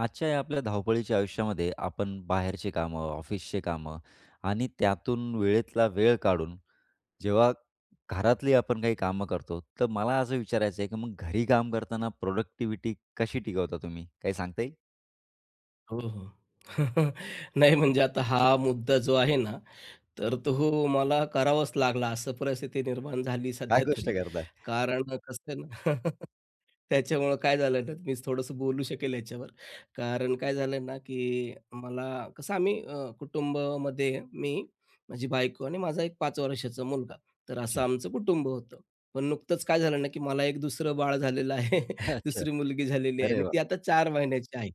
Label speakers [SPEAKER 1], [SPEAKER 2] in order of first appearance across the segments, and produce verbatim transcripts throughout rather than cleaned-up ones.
[SPEAKER 1] आजच्या या आपल्या धावपळीच्या आयुष्यामध्ये आपण बाहेरची कामं, ऑफिसची कामं आणि त्यातून वेळेतला वेळ काढून जेव्हा घरातली आपण काही कामं करतो, तर मला असं विचारायचं आहे, की मग घरी काम करताना प्रोडक्टिव्हिटी कशी टिकवता तुम्ही? काही सांगता येईल?
[SPEAKER 2] हो, हो. नाही म्हणजे आता हा मुद्दा जो आहे ना, तर तो मला करावाच लागला. असं परिस्थिती निर्माण झाली
[SPEAKER 1] काय
[SPEAKER 2] सध्या
[SPEAKER 1] गोष्ट
[SPEAKER 2] तरी.
[SPEAKER 1] करताय?
[SPEAKER 2] कारण कसं आहे ना, त्याच्यामुळं काय झालं ना, मी थोडंसं बोलू शकेल याच्यावर. कारण काय झालं ना, की मला कसं आम्ही अ, कुटुंबामध्ये मी, माझी बायको आणि माझा एक पाच वर्षाचा मुलगा. तर असं
[SPEAKER 1] अच्छा.
[SPEAKER 2] आमचं कुटुंब होतं. पण नुकतंच काय झालं ना, की मला एक दुसरं बाळ झालेलं आहे.
[SPEAKER 1] अच्छा.
[SPEAKER 2] दुसरी मुलगी झालेली आहे
[SPEAKER 1] अरे
[SPEAKER 2] आणि
[SPEAKER 1] वाह!
[SPEAKER 2] ती आता चार महिन्याची आहे.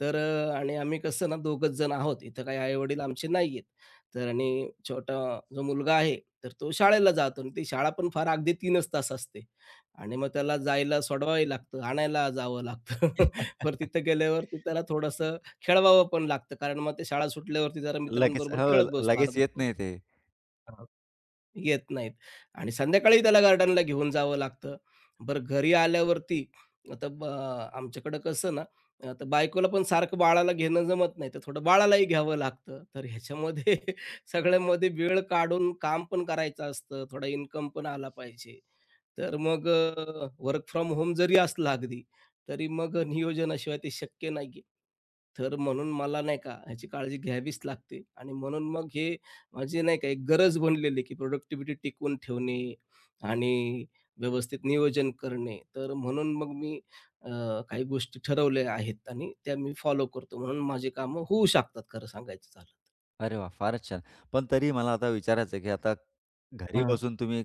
[SPEAKER 2] तर अ, आणि आम्ही कसं ना दोघंच जण आहोत. इथं काही आई-वडील आमचे नाहीयेत. तर आणि छोटा जो मुलगा आहे, तर तो शाळेला जातो आणि ती शाळा पण फार अगदी 3च तास असते आणि मग त्याला जायला सोडवावंही लागतं, आणायला जावं लागतं. बरं तिथं गेल्यावरती त्याला थोडंसं खेळवावं पण लागतं, कारण मग ते शाळा सुटल्यावरती जरा
[SPEAKER 1] लगेच
[SPEAKER 2] मित्रांबरोबर
[SPEAKER 1] हो,
[SPEAKER 2] खेळत बसतो
[SPEAKER 1] लगेच
[SPEAKER 2] अर्धा
[SPEAKER 1] येत
[SPEAKER 2] पाऊण
[SPEAKER 1] नाही ते.
[SPEAKER 2] येत नाहीत आणि संध्याकाळी त्याला गार्डनला घेऊन जावं लागतं. बरं घरी आल्यावरती आता ब आमच्याकडं कसं ना, आता बायकोला पण सारखं बाळाला घेणं जमत नाही, तर थोडं बाळालाही घ्यावं लागतं. तर ह्याच्यामध्ये सगळ्यामध्ये वेळ काढून काम पण करायचं असतं, थोडा इन्कम पण आला पाहिजे. तर मग अ, वर्क फ्रॉम होम जरी असला अगदी, तरी मग नियोजनाशिवाय ते शक्य नाहीये. तर म्हणून मला नाही का ह्याची काळजी घ्यावीच लागते आणि म्हणून मग हे माझी नाही का एक गरज बनलेली आहे, की प्रोडक्टिव्हिटी टिकवून ठेवणे आणि व्यवस्थित नियोजन करणे. तर म्हणून मग मी अ, काही गोष्टी ठरवल्या आहेत आणि त्या मी फॉलो करतो. म्हणून माझी कामं होऊ शकतात खरं सांगायचं झालं तर.
[SPEAKER 1] अरे वाह! फारच छान. पण तरी मला आता विचारायचं आहे, की आता घरी
[SPEAKER 2] हां,
[SPEAKER 1] बसून तुम्ही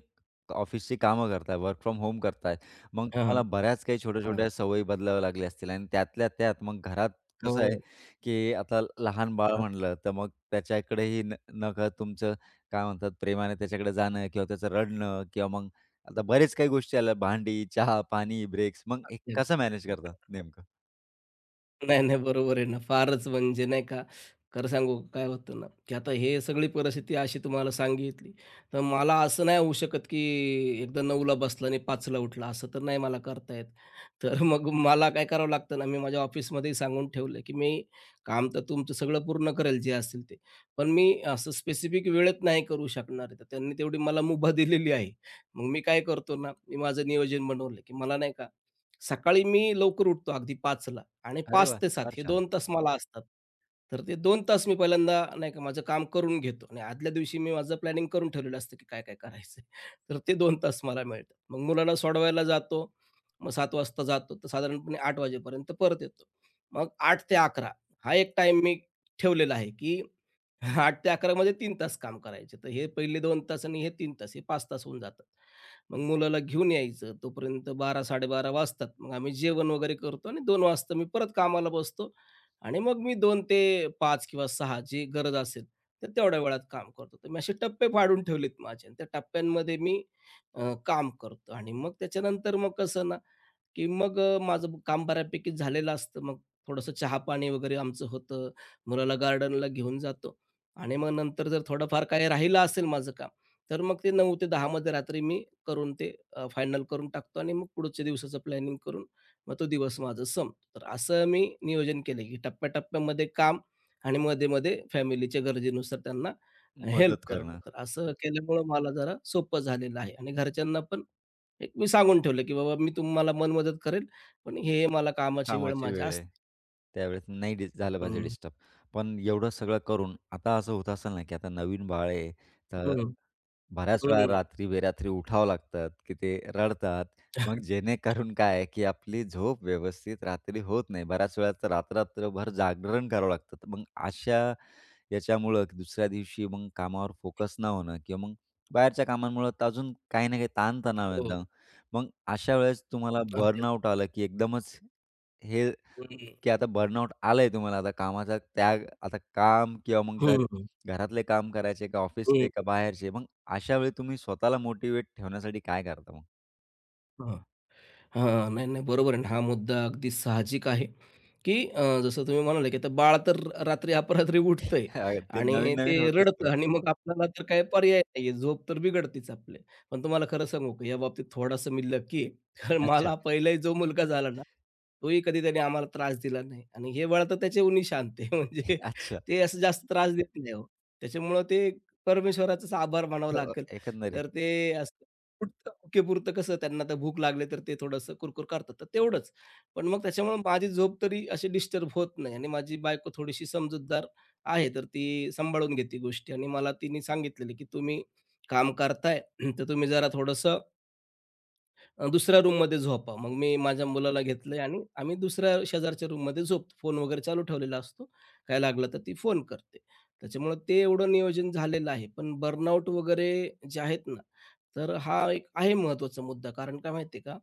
[SPEAKER 1] ऑफिसची कामं करताय, वर्क फ्रॉम होम करताय. मग
[SPEAKER 2] हां,
[SPEAKER 1] तुम्हाला बऱ्याच काही
[SPEAKER 2] हां.
[SPEAKER 1] छोट्या-छोट्या सवयी बदलाव्या लागल्या असतील आणि त्यातल्या त्यात मग घरात कसं आहे,
[SPEAKER 2] हो.
[SPEAKER 1] की आता लहान बाळ
[SPEAKER 2] हां.
[SPEAKER 1] म्हणलं, तर मग त्याच्याकडेही न नकळत तुमचं काय म्हणतात प्रेमाने त्याच्याकडे जाणं किंवा त्याचं रडणं किंवा मग आता बरेच काही गोष्टी आल्या भांडी, चहा, पाणी, ब्रेक्स. मग हे कसं मॅनेज करता नेमकं?
[SPEAKER 2] नाही, नाही. बरोबर आहे ना. फारच म्हणजे नाही का, खरं सांगू का, काय होतं ना, की आता हे सगळी परिस्थिती अशी तुम्हाला सांगितली, तर मला असं नाही होऊ शकत, की एकदा 9ला बसला आणि 5ला उठला, असं तर नाही मला करता येत. तर मग मला काय करावं लागतं ना, मी माझ्या ऑफिसमध्येही सांगून ठेवलं, की मी काम तर तुमचं सगळं पूर्ण करेल जे असेल ते, पण मी असं स्पेसिफिक वेळेत नाही करू शकणार आहे. तर त्यांनी तेवढी मला मुभा दिलेली आहे. मग मी काय करतो ना, मी माझं नियोजन बनवलं, की मला नाही का सकाळी मी लवकर उठतो अगदी 5ला आणि
[SPEAKER 1] अरे
[SPEAKER 2] पाच
[SPEAKER 1] वाह!
[SPEAKER 2] ते सात
[SPEAKER 1] फार
[SPEAKER 2] हे
[SPEAKER 1] छान.
[SPEAKER 2] दोन तास मला असतात. तर ते दोन तास मी पहिल्यांदा नाही का माझं काम करून घेतो आणि आदल्या दिवशी मी माझं प्लॅनिंग करून ठेवलेलं असतं, की काय-काय करायचंय. तर ते दोन तास मला मिळतात. मग मुलाला सोडवायला जातो. मग सात वाजता जातो तर साधारणपणे आठ वाजेपर्यंत परत येतो. मग आठ ते अकरा हा एक टाईम मी ठेवलेला आहे, की आठ ते अकरा मध्ये तीन तास काम करायचे. तर हे पहिले दोन तास आणि हे तीन तास हे पाच तास होऊन जातात. मग मुलाला घेऊन यायचं. तोपर्यंत बारा-साडे बारा वाजतात. मग आम्ही जेवण वगैरे करतो आणि दोन वाजता मी परत कामाला बसतो आणि मग मी दोन ते पाच किंवा सहा जी गरज असेल, तर तेवढ्या वेळात काम करतो. तर मी असे टप्पे पाडून ठेवलेत माझे आणि त्या टप्प्यांमध्ये मी अ, काम करतो आणि मग त्याच्यानंतर मग कसं ना, की मग अ, माझं काम बऱ्यापैकी झालेलं असतं. मग थोडंसं चहा-पाणी वगैरे आमचं होतं. मुलाला गार्डनला घेऊन जातो आणि मग नंतर जर थोडंफार काही राहिलं असेल माझं काम, तर मग ते नऊ ते दहा मध्ये रात्री मी करून ते अ, फायनल करून टाकतो आणि मग पुढच्या दिवसाचं प्लॅनिंग करून मग तो दिवस माझा संपतो. तर असं मी नियोजन केलं की टप्प्या काम आणि मध्ये-मध्ये फॅमिलीच्या गरजेनुसार त्यांना हेल्प
[SPEAKER 1] मदत
[SPEAKER 2] करणे.
[SPEAKER 1] करणं.
[SPEAKER 2] तर असं केल्यामुळं मला जरा सोपं झालेलं आहे आणि घरच्यांना पण एक मी सांगून ठेवलं, की बाबा मी तुम्हाला मनमदत करेल, पण हे मला कामाची वेळ
[SPEAKER 1] कामाची
[SPEAKER 2] माझी
[SPEAKER 1] वेळ आहे.
[SPEAKER 2] असते.
[SPEAKER 1] त्यावेळेस नाही डिस झालं पाहिजे
[SPEAKER 2] हं,
[SPEAKER 1] डिस्टर्ब. पण एवढं सगळं करून आता असं होत असेल ना, की आता नवीन बाळ आहे, तर
[SPEAKER 2] हं,
[SPEAKER 1] बऱ्याच वेळा
[SPEAKER 2] हं.
[SPEAKER 1] रात्री-बेरात्री उठावं लागतात, की ते रडतात. मग जेणेकरून काय आहे, की आपली झोप व्यवस्थित रात्री होत नाही. बऱ्याच वेळा तर रात्र जागरण करावं लागतं. तर मग अशा याच्यामुळं की दुसऱ्या दिवशी मग कामावर फोकस न होणं किंवा मग बाहेरच्या कामांमुळं तर अजून काही ना काही ताणतणाव
[SPEAKER 2] हो,
[SPEAKER 1] येतं. मग अशा वेळेस तुम्हाला
[SPEAKER 2] अगदी, अगदी.
[SPEAKER 1] बर्नआउट आलं, की एकदमच हे की आता बर्नआउट आलंय तुम्हाला. आता कामाचा त्याग, आता काम किंवा मग घर
[SPEAKER 2] हं, हं,
[SPEAKER 1] घरातले काम करायचे का
[SPEAKER 2] हं.
[SPEAKER 1] ऑफिसचे का बाहेरचे? मग अशा वेळी तुम्ही स्वतःला मोटिव्हेट ठेवण्यासाठी काय करता मग?
[SPEAKER 2] हां, हां. नाही, नाही, बरोबर आहे ना. हा मुद्दा अगदी साहजिक आहे, की अ, जसं तुम्ही म्हणाले, की आता बाळ तर रात्री अपरात्री उठतंय
[SPEAKER 1] ते
[SPEAKER 2] आणि ते
[SPEAKER 1] नवीन-नवीन होत असतं.
[SPEAKER 2] रडतं आणि मग आपल्याला तर काही पर्याय नाहीये. झोप तर बिघडतीच आपली. पण तुम्हाला खरं सांगू का, या बाबतीत थोडासा मी लकी आहे. कारण
[SPEAKER 1] अच्छा,
[SPEAKER 2] मला पहिलाही जो मुलगा झाला ना, तोही कधी त्याने आम्हाला त्रास दिला नाही आणि हे वळतं त्याच्याहूनही शांत आहे. म्हणजे
[SPEAKER 1] अच्छा.
[SPEAKER 2] ते असं जास्त त्रास देत नाही हो. त्याच्यामुळं ते परमेश्वराचाच आभार मानावं
[SPEAKER 1] हो,
[SPEAKER 2] लागेल.
[SPEAKER 1] एकंदरीत.
[SPEAKER 2] तर ते असं पुरतं भुकेपुरतं कसं त्यांना तर भूक लागली तर ते थोडंसं कुरकुर करतात, तर तेवढंच. पण मग त्याच्यामुळे माझी झोप तरी अशी डिस्टर्ब होत नाही आणि माझी बायको थोडीशी समजूतदार आहे, तर ती सांभाळून घेते गोष्टी आणि मला तिने सांगितलेलं, की तुम्ही काम करताय, तर तुम्ही जरा थोडंसं अ, दुसऱ्या रूममध्ये झोपा. मग मी माझ्या मुलाला घेतलंय आणि आम्ही दुसऱ्या शेजारच्या रूममध्ये झोपतो. फोन वगैरे चालू ठेवलेला असतो. काय लागलं तर ती फोन करते. त्याच्यामुळं ते एवढं नियोजन झालेलं आहे. पण बर्नआउट वगैरे जे आहेत ना, तर हा एक आहे महत्त्वाचा मुद्दा. कारण काय माहिती आहे का,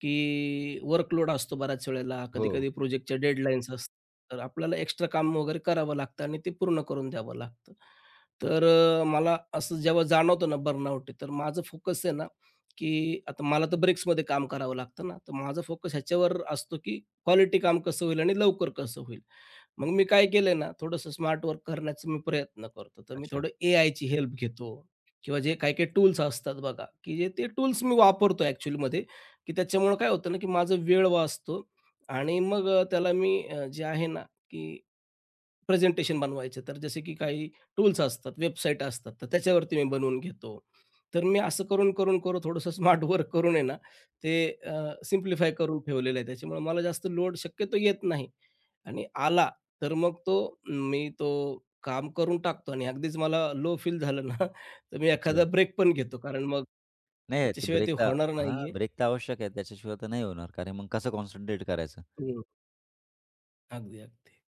[SPEAKER 2] की वर्कलोड असतो बऱ्याच वेळेला.
[SPEAKER 1] हो.
[SPEAKER 2] कधी-कधी प्रोजेक्टच्या डेडलाईन्स असतात. तर आपल्याला एक्स्ट्रा काम वगैरे करावं लागतं आणि ते पूर्ण करून द्यावं लागतं. तर अ, मला असं जेव्हा जाणवतं ना बर्नआउट तर माझं फोकस आहे ना की आता मला तर ब्रेक्समध्ये काम करावं लागतं ना, तर माझा फोकस ह्याच्यावर असतो की क्वालिटी काम कसं होईल आणि लवकर कसं होईल. मग मी काय केलंय ना, थोडंसं स्मार्ट वर्क करण्याचा मी प्रयत्न करतो. तर मी
[SPEAKER 1] अच्छा,
[SPEAKER 2] थोडं एआयची हेल्प घेतो किंवा जे काही-काही टूल्स असतात बघा, की जे ते टूल्स मी वापरतो ॲक्चुअलीमध्ये, की त्याच्यामुळं काय होतं ना, की माझा वेळ वाचतो आणि मग अ, त्याला मी अ, जे आहे ना, की प्रेझेंटेशन बनवायचे, तर जसे की काही टूल्स असतात, वेबसाईट असतात, तर त्याच्यावरती मी बनवून घेतो. तर मी असं करून, करून, करून थोडंसं स्मार्ट वर्क करून आहे ना, ते अ, सिम्प्लिफाय करून ठेवलेलं आहे. त्याच्यामुळे मला जास्त लोड शक्यतो येत नाही आणि आला, तर मग तो मी तो काम करून टाकतो आणि अगदीच मला लो फील झालं ना, तर मी एखादा
[SPEAKER 1] अच्छा.
[SPEAKER 2] ब्रेक पण घेतो. कारण मग
[SPEAKER 1] नाही ते
[SPEAKER 2] त्याच्याशिवाय
[SPEAKER 1] ब्रेक
[SPEAKER 2] ते
[SPEAKER 1] तर
[SPEAKER 2] होणार
[SPEAKER 1] हां,
[SPEAKER 2] नाहीये.
[SPEAKER 1] ब्रेक तर आवश्यक आहे. त्याच्याशिवाय तर नाही होणार. कारण मग कसं कॉन्सन्ट्रेट करायचं?
[SPEAKER 2] हं, अगदी, अगदी.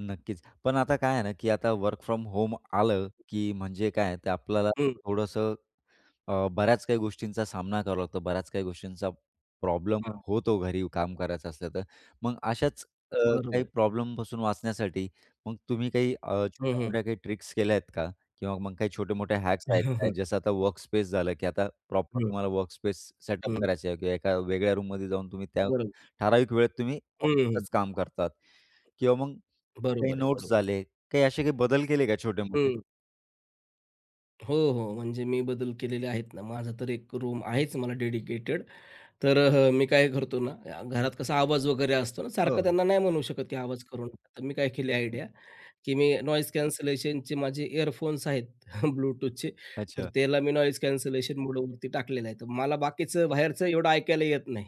[SPEAKER 1] नक्कीच. पण आता काय आहे ना, की आता वर्क फ्रॉम होम आलं, की म्हणजे काय ते आपल्याला
[SPEAKER 2] हं,
[SPEAKER 1] थोडंसं अ, बऱ्याच काही गोष्टींचा सामना करावा लागतो. बऱ्याच काही गोष्टींचा प्रॉब्लेम
[SPEAKER 2] हां,
[SPEAKER 1] होतो घरी काम करायचं असलं तर. मग अशाच अ,
[SPEAKER 2] बरोबर
[SPEAKER 1] काही
[SPEAKER 2] आहे.
[SPEAKER 1] प्रॉब्लेमपासून वाचण्यासाठी मग तुम्ही काही अ,
[SPEAKER 2] हं, हं.
[SPEAKER 1] छोट्या-मोठ्या काही ट्रिक्स केल्या आहेत का? किंवा मग काही छोटे-मोठे हॅक्स आहेत
[SPEAKER 2] हं,
[SPEAKER 1] का?
[SPEAKER 2] हं.
[SPEAKER 1] जसं आता वर्क स्पेस झालं, की आता प्रॉपर तुम्हाला वर्क स्पेस सेटअप करायची आहे किंवा एका वेगळ्या रूममध्ये जाऊन तुम्ही त्या
[SPEAKER 2] बरोबर.
[SPEAKER 1] ठराविक वेळेत तुम्ही
[SPEAKER 2] हं,
[SPEAKER 1] ऑफिसचंच काम करतात किंवा मग काही
[SPEAKER 2] बरोबर आहे,
[SPEAKER 1] नोट्स
[SPEAKER 2] बरोबर आहे.
[SPEAKER 1] झाले, काही असे काही बदल केले का छोटे-मोठे?
[SPEAKER 2] हं. हो, हो. म्हणजे मी बदल केलेले आहेत ना. माझा तर एक रूम आहेच मला डेडिकेटेड. तर अ, मी काय करतो ना, अ, घरात कसा आवाज वगैरे असतो ना,
[SPEAKER 1] हो.
[SPEAKER 2] सारखं त्यांना नाही म्हणू शकत, की आवाज करू नका. तर मी काय केली आयडिया, की मी नॉईज कॅन्सलेशनचे माझे इयरफोन्स आहेत Bluetoothचे, तर
[SPEAKER 1] अच्छा.
[SPEAKER 2] त्याला मी नॉईज कॅन्सलेशन मोडवरती टाकलेलं आहे. तर मला बाकीचं बाहेरचं एवढं ऐकायला येत नाही.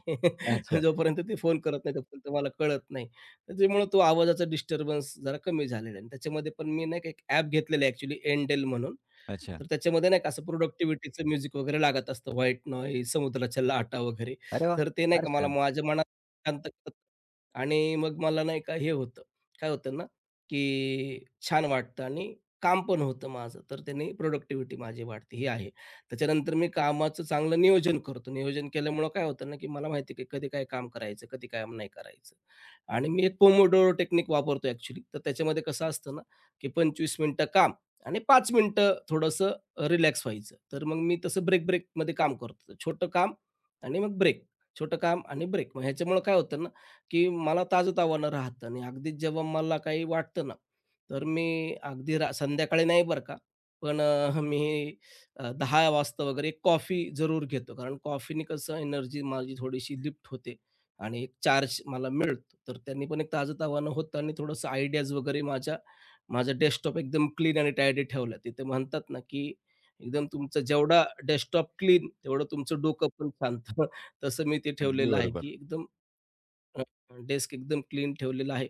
[SPEAKER 1] अच्छा.
[SPEAKER 2] जोपर्यंत ते फोन करत नाही, तोपर्यंत मला कळत नाही. त्याच्यामुळे तो आवाजाचा डिस्टर्बन्स जरा कमी झालेला आहे. आणि त्याच्यामध्ये पण मी नाही का एक ॲप घेतलेलं आहे ॲक्चुअली Endel म्हणून.
[SPEAKER 1] अच्छा.
[SPEAKER 2] तर त्याच्यामध्ये नाही का असं प्रोडक्टिव्हिटीचं म्युझिक वगैरे लागत असतं, व्हाईट नॉईज, समुद्राच्या लाटा वगैरे.
[SPEAKER 1] अरे वाह!
[SPEAKER 2] तर ते नाही
[SPEAKER 1] फार
[SPEAKER 2] का मला
[SPEAKER 1] छान.
[SPEAKER 2] माझ्या मनात शांत करतं आणि मग मला नाही का हे होतं, काय होतं ना, की छान वाटतं आणि काम पण होतं माझं. तर त्याने प्रोडक्टिव्हिटी माझी वाढते, हे आहे. त्याच्यानंतर मी कामाचं चांगलं नियोजन करतो. नियोजन केल्यामुळं काय होतं ना, की मला माहिती आहे, की कधी काय काम करायचं, कधी काय नाही करायचं. आणि मी एक पोमोडोरो टेक्निक वापरतो ॲक्चुअली. तर त्याच्यामध्ये कसं असतं ना, की पंचवीस मिनिटं काम आणि पाच मिनिटं थोडंसं अ, रिलॅक्स व्हायचं. तर मग मी तसं ब्रेक ब्रेकमध्ये काम करतो. छोटं काम आणि मग ब्रेक, छोटं काम आणि ब्रेक. मग ह्याच्यामुळं काय होतं ना, की मला ताजंतवानं राहतं आणि अगदीच जेव्हा मला काही वाटतं ना, तर मी अगदी रा संध्याकाळी नाही बरं का, पण अ, मी अ, दहा वाजता वगैरे एक कॉफी जरूर घेतो. कारण कॉफीने कसं एनर्जी माझी थोडीशी लिफ्ट होते आणि एक चार्ज मला मिळतो. तर त्यांनी पण एक ताजंतवानं होतं आणि थोडंसं आयडियाज वगैरे माझ्या माझं डेस्कटॉप एकदम क्लीन आणि टायडी ठेवला. तिथे म्हणतात ना, की एकदम तुमचा जेवढा डेस्कटॉप क्लीन, तेवढं तुमचं डोकं पण शांत. तसं मी ते
[SPEAKER 1] अगदी
[SPEAKER 2] ठेवलेलं आहे, की
[SPEAKER 1] बरोबर.
[SPEAKER 2] एकदम डेस्क एकदम क्लीन ठेवलेलं आहे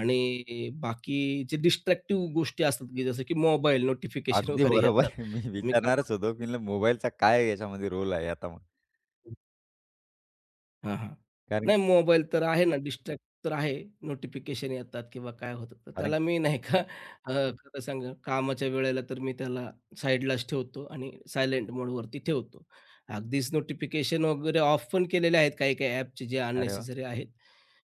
[SPEAKER 2] आणि बाकी जे डिस्ट्रॅक्टिव्ह गोष्टी असतात, की जसं की मोबाईल नोटिफिकेशन
[SPEAKER 1] अगदी
[SPEAKER 2] वगैरे
[SPEAKER 1] बरोबर.
[SPEAKER 2] येतात.
[SPEAKER 1] मी
[SPEAKER 2] मी काय
[SPEAKER 1] विचारणारच होतो, की म्हणलं मोबाईलचा काय याच्यामध्ये रोल आहे आता मग?
[SPEAKER 2] हां, हां.
[SPEAKER 1] कारण
[SPEAKER 2] नाही मोबाईल तर आहे ना, डिस्ट्रॅक्ट तर आहे. नोटिफिकेशन येतात किंवा काय होतं, तर
[SPEAKER 1] कारण
[SPEAKER 2] त्याला मी नाही का अ, खरं सांगा कामाच्या वेळेला तर मी त्याला साईडलाच ठेवतो आणि सायलेंट मोडवरती ठेवतो. अगदीच नोटिफिकेशन वगैरे ऑफ पण केलेले आहेत काही-काही ॲपचे जे
[SPEAKER 1] अरे वाह!
[SPEAKER 2] अननेसेसरी आहेत.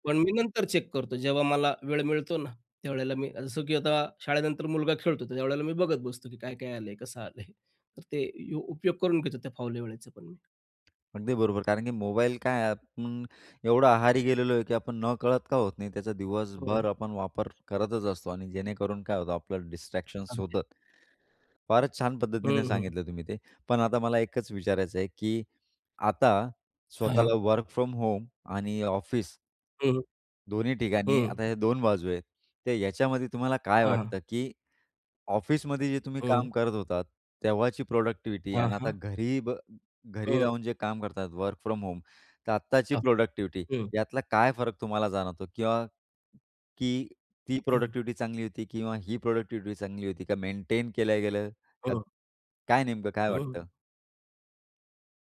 [SPEAKER 2] पण मी नंतर चेक करतो जेव्हा मला वेळ मिळतो ना, त्यावेळेला मी जसं की आता शाळेनंतर मुलगा खेळतो, तर त्यावेळेला मी बघत बसतो की काय-काय आलंय, कसं आलंय. तर ते यु- उपयोग करून घेतो त्या फावल्या वेळेचा पण मी.
[SPEAKER 1] अगदी बरोबर. कारण की मोबाईल काय आहे, आपण एवढं आहारी गेलेलो आहे, की आपण नकळत का होत नाही, त्याचा
[SPEAKER 2] हो,
[SPEAKER 1] दिवसभर आपण वापर करतच असतो आणि जेणेकरून काय होतं, आपलं डिस्ट्रॅक्शन्स
[SPEAKER 2] अगदी.
[SPEAKER 1] होतात. फारच छान पद्धतीने
[SPEAKER 2] हं, हं.
[SPEAKER 1] सांगितलं तुम्ही ते. पण आता मला एकच विचारायचं आहे, की आता
[SPEAKER 2] हां, हां.
[SPEAKER 1] स्वतःला वर्क फ्रॉम होम आणि ऑफिस
[SPEAKER 2] हं,
[SPEAKER 1] दोन्ही ठिकाणी
[SPEAKER 2] हं.
[SPEAKER 1] आता ह्या दोन बाजू आहेत. तर याच्यामध्ये तुम्हाला काय
[SPEAKER 2] हां, हां.
[SPEAKER 1] वाटतं, की ऑफिसमध्ये जे तुम्ही
[SPEAKER 2] हं.
[SPEAKER 1] काम करत होतात, तेव्हाची प्रॉडक्टिव्हिटी
[SPEAKER 2] हां,
[SPEAKER 1] आणि आता
[SPEAKER 2] हां.
[SPEAKER 1] घरी ब घरी
[SPEAKER 2] हं.
[SPEAKER 1] राहून जे काम करतात वर्क फ्रॉम होम, तर आत्ताची
[SPEAKER 2] हां.
[SPEAKER 1] प्रॉडक्टिव्हिटी
[SPEAKER 2] हं,
[SPEAKER 1] यातला काय फरक तुम्हाला जाणवतो? किंवा की ती
[SPEAKER 2] हं,
[SPEAKER 1] प्रॉडक्टिव्हिटी चांगली होती किंवा ही प्रॉडक्टिव्हिटी चांगली होती का? मेंटेन केलं गेलं का?
[SPEAKER 2] हं,
[SPEAKER 1] काय नेमकं काय
[SPEAKER 2] हं.
[SPEAKER 1] वाटतं?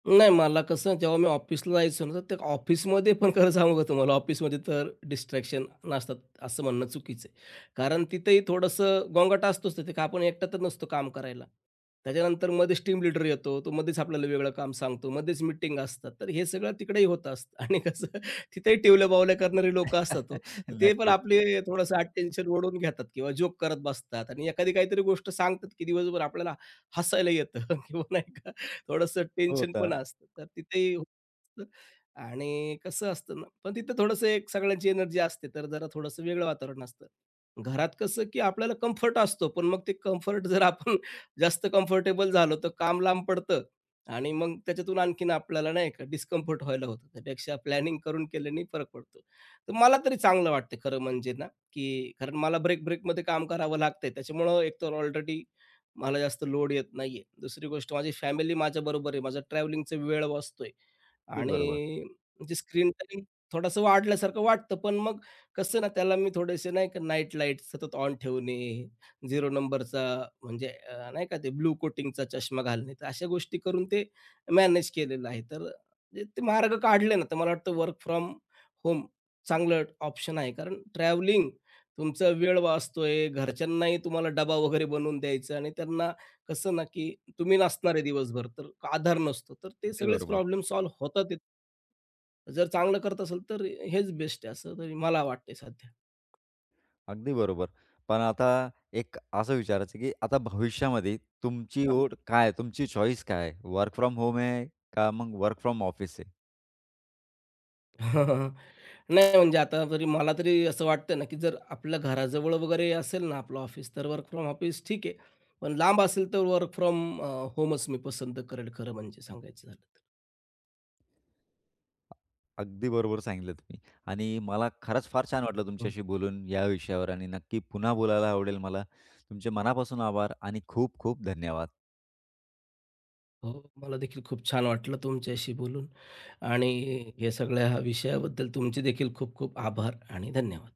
[SPEAKER 2] नाही मला कसं जेव्हा मी ऑफिसला जायचो ना, तर त्या ऑफिसमध्ये पण खरं सांगू का तुम्हाला, ऑफिसमध्ये तर डिस्ट्रॅक्शन नसतात असं म्हणणं चुकीचं आहे. कारण तिथेही थोडंसं गोंगाट असतोच तिथे, का आपण एकटा तर नसतो काम करायला. त्याच्यानंतर मध्येच टीम लीडर येतो, तो मध्येच आपल्याला वेगळं काम सांगतो, मध्येच मीटिंग असतात. तर हे सगळं तिकडेही होत असतं आणि कसं तिथेही टिवल्या-बावल्या करणारी लोकं असतात हो. तर ते पण
[SPEAKER 1] नक्कीच.
[SPEAKER 2] आपले थोडंसं अटेन्शन ओढून घेतात किंवा जोक करत बसतात आणि एखादी काहीतरी गोष्ट सांगतात, की दिवसभर आपल्याला हसायला येतं किंवा नाही का थोडंसं
[SPEAKER 1] हो,
[SPEAKER 2] टेन्शन
[SPEAKER 1] तर
[SPEAKER 2] पण असतं. तर तिथेही होतं आणि कसं असतं ना, पण तिथं थोडंसं एक सगळ्यांची एनर्जी असते, तर जरा थोडंसं वेगळं वातावरण असतं. घरात कसं, की आपल्याला कम्फर्ट असतो, पण मग ते कम्फर्ट जर आपण जास्त कम्फर्टेबल झालो, तर काम लांब पडतं आणि मग त्याच्यातून आणखीन आपल्याला नाही का डिस्कम्फर्ट व्हायला होतं. त्यापेक्षा प्लॅनिंग करून केल्याने फरक पडतो. तर मला तरी चांगलं वाटतं खरं म्हणजे ना, की कारण मला ब्रेक-ब्रेकमध्ये काम करावं लागतंय. त्याच्यामुळं एकतर ऑलरेडी मला जास्त लोड येत नाहीये. दुसरी गोष्ट माझी फॅमिली माझ्याबरोबर आहे. माझा ट्रॅव्हलिंगचा वेळ वाचतोय
[SPEAKER 1] अगदी बरोबर.
[SPEAKER 2] आणि म्हणजे स्क्रीन टाईम थोडासा वाढल्यासारखं वाटतं. पण मग कसं ना त्याला मी थोडेसे नाही का नाईट लाईट सतत ऑन ठेवणे, शून्य नंबरचा म्हणजे अ, नाही का ते ब्लू कोटिंगचा चष्मा घालणे. तर अशा गोष्टी करून ते मॅनेज केलेलं आहे. तर जे ते मार्ग काढले ना, तर मला वाटतं वर्क फ्रॉम होम चांगलं ऑप्शन आहे. कारण ट्रॅव्हलिंग तुमचा वेळ वाचतोय, घरच्यांनाही तुम्हाला डबा वगैरे बनवून द्यायचा आणि त्यांना कसं ना, की तुम्ही नसणार आहे दिवसभर, तर आधार नसतो. तर ते
[SPEAKER 1] अगदी
[SPEAKER 2] सगळेच
[SPEAKER 1] बरोबर.
[SPEAKER 2] प्रॉब्लेम सॉल्व्ह होतात तिथं. जर चांगलं करत असेल, तर हेच बेस्ट आहे, असं तरी मला वाटतंय सध्या.
[SPEAKER 1] अगदी बरोबर. पण आता एक असं विचारायचं, की आता भविष्यामध्ये तुमची ओढ काय तुमची चॉईस काय वर्क फ्रॉम होम आहे का मग वर्क फ्रॉम ऑफिस आहे?
[SPEAKER 2] हां. नाही म्हणजे आता तरी मला तरी असं वाटतं ना, की जर आपल्या घराजवळ वगैरे असेल ना आपलं ऑफिस, तर वर्क फ्रॉम ऑफिस ठीक आहे. पण लांब असेल, तर वर्क फ्रॉम होमच मी पसंत करेल खरं म्हणजे सांगायचं झालं
[SPEAKER 1] अगदी बरोबर सांगितलं तुम्ही आणि मला खरंच फार छान वाटलं
[SPEAKER 2] तर.
[SPEAKER 1] तुमच्याशी बोलून या विषयावर आणि नक्की पुन्हा बोलायला आवडेल मला. तुमचे मनापासून आभार आणि खूप खूप धन्यवाद.
[SPEAKER 2] हो, मला देखील खूप छान वाटलं तुमच्याशी बोलून आणि या सगळ्या विषयाबद्दल तुमचे देखील खूप खूप आभार आणि धन्यवाद.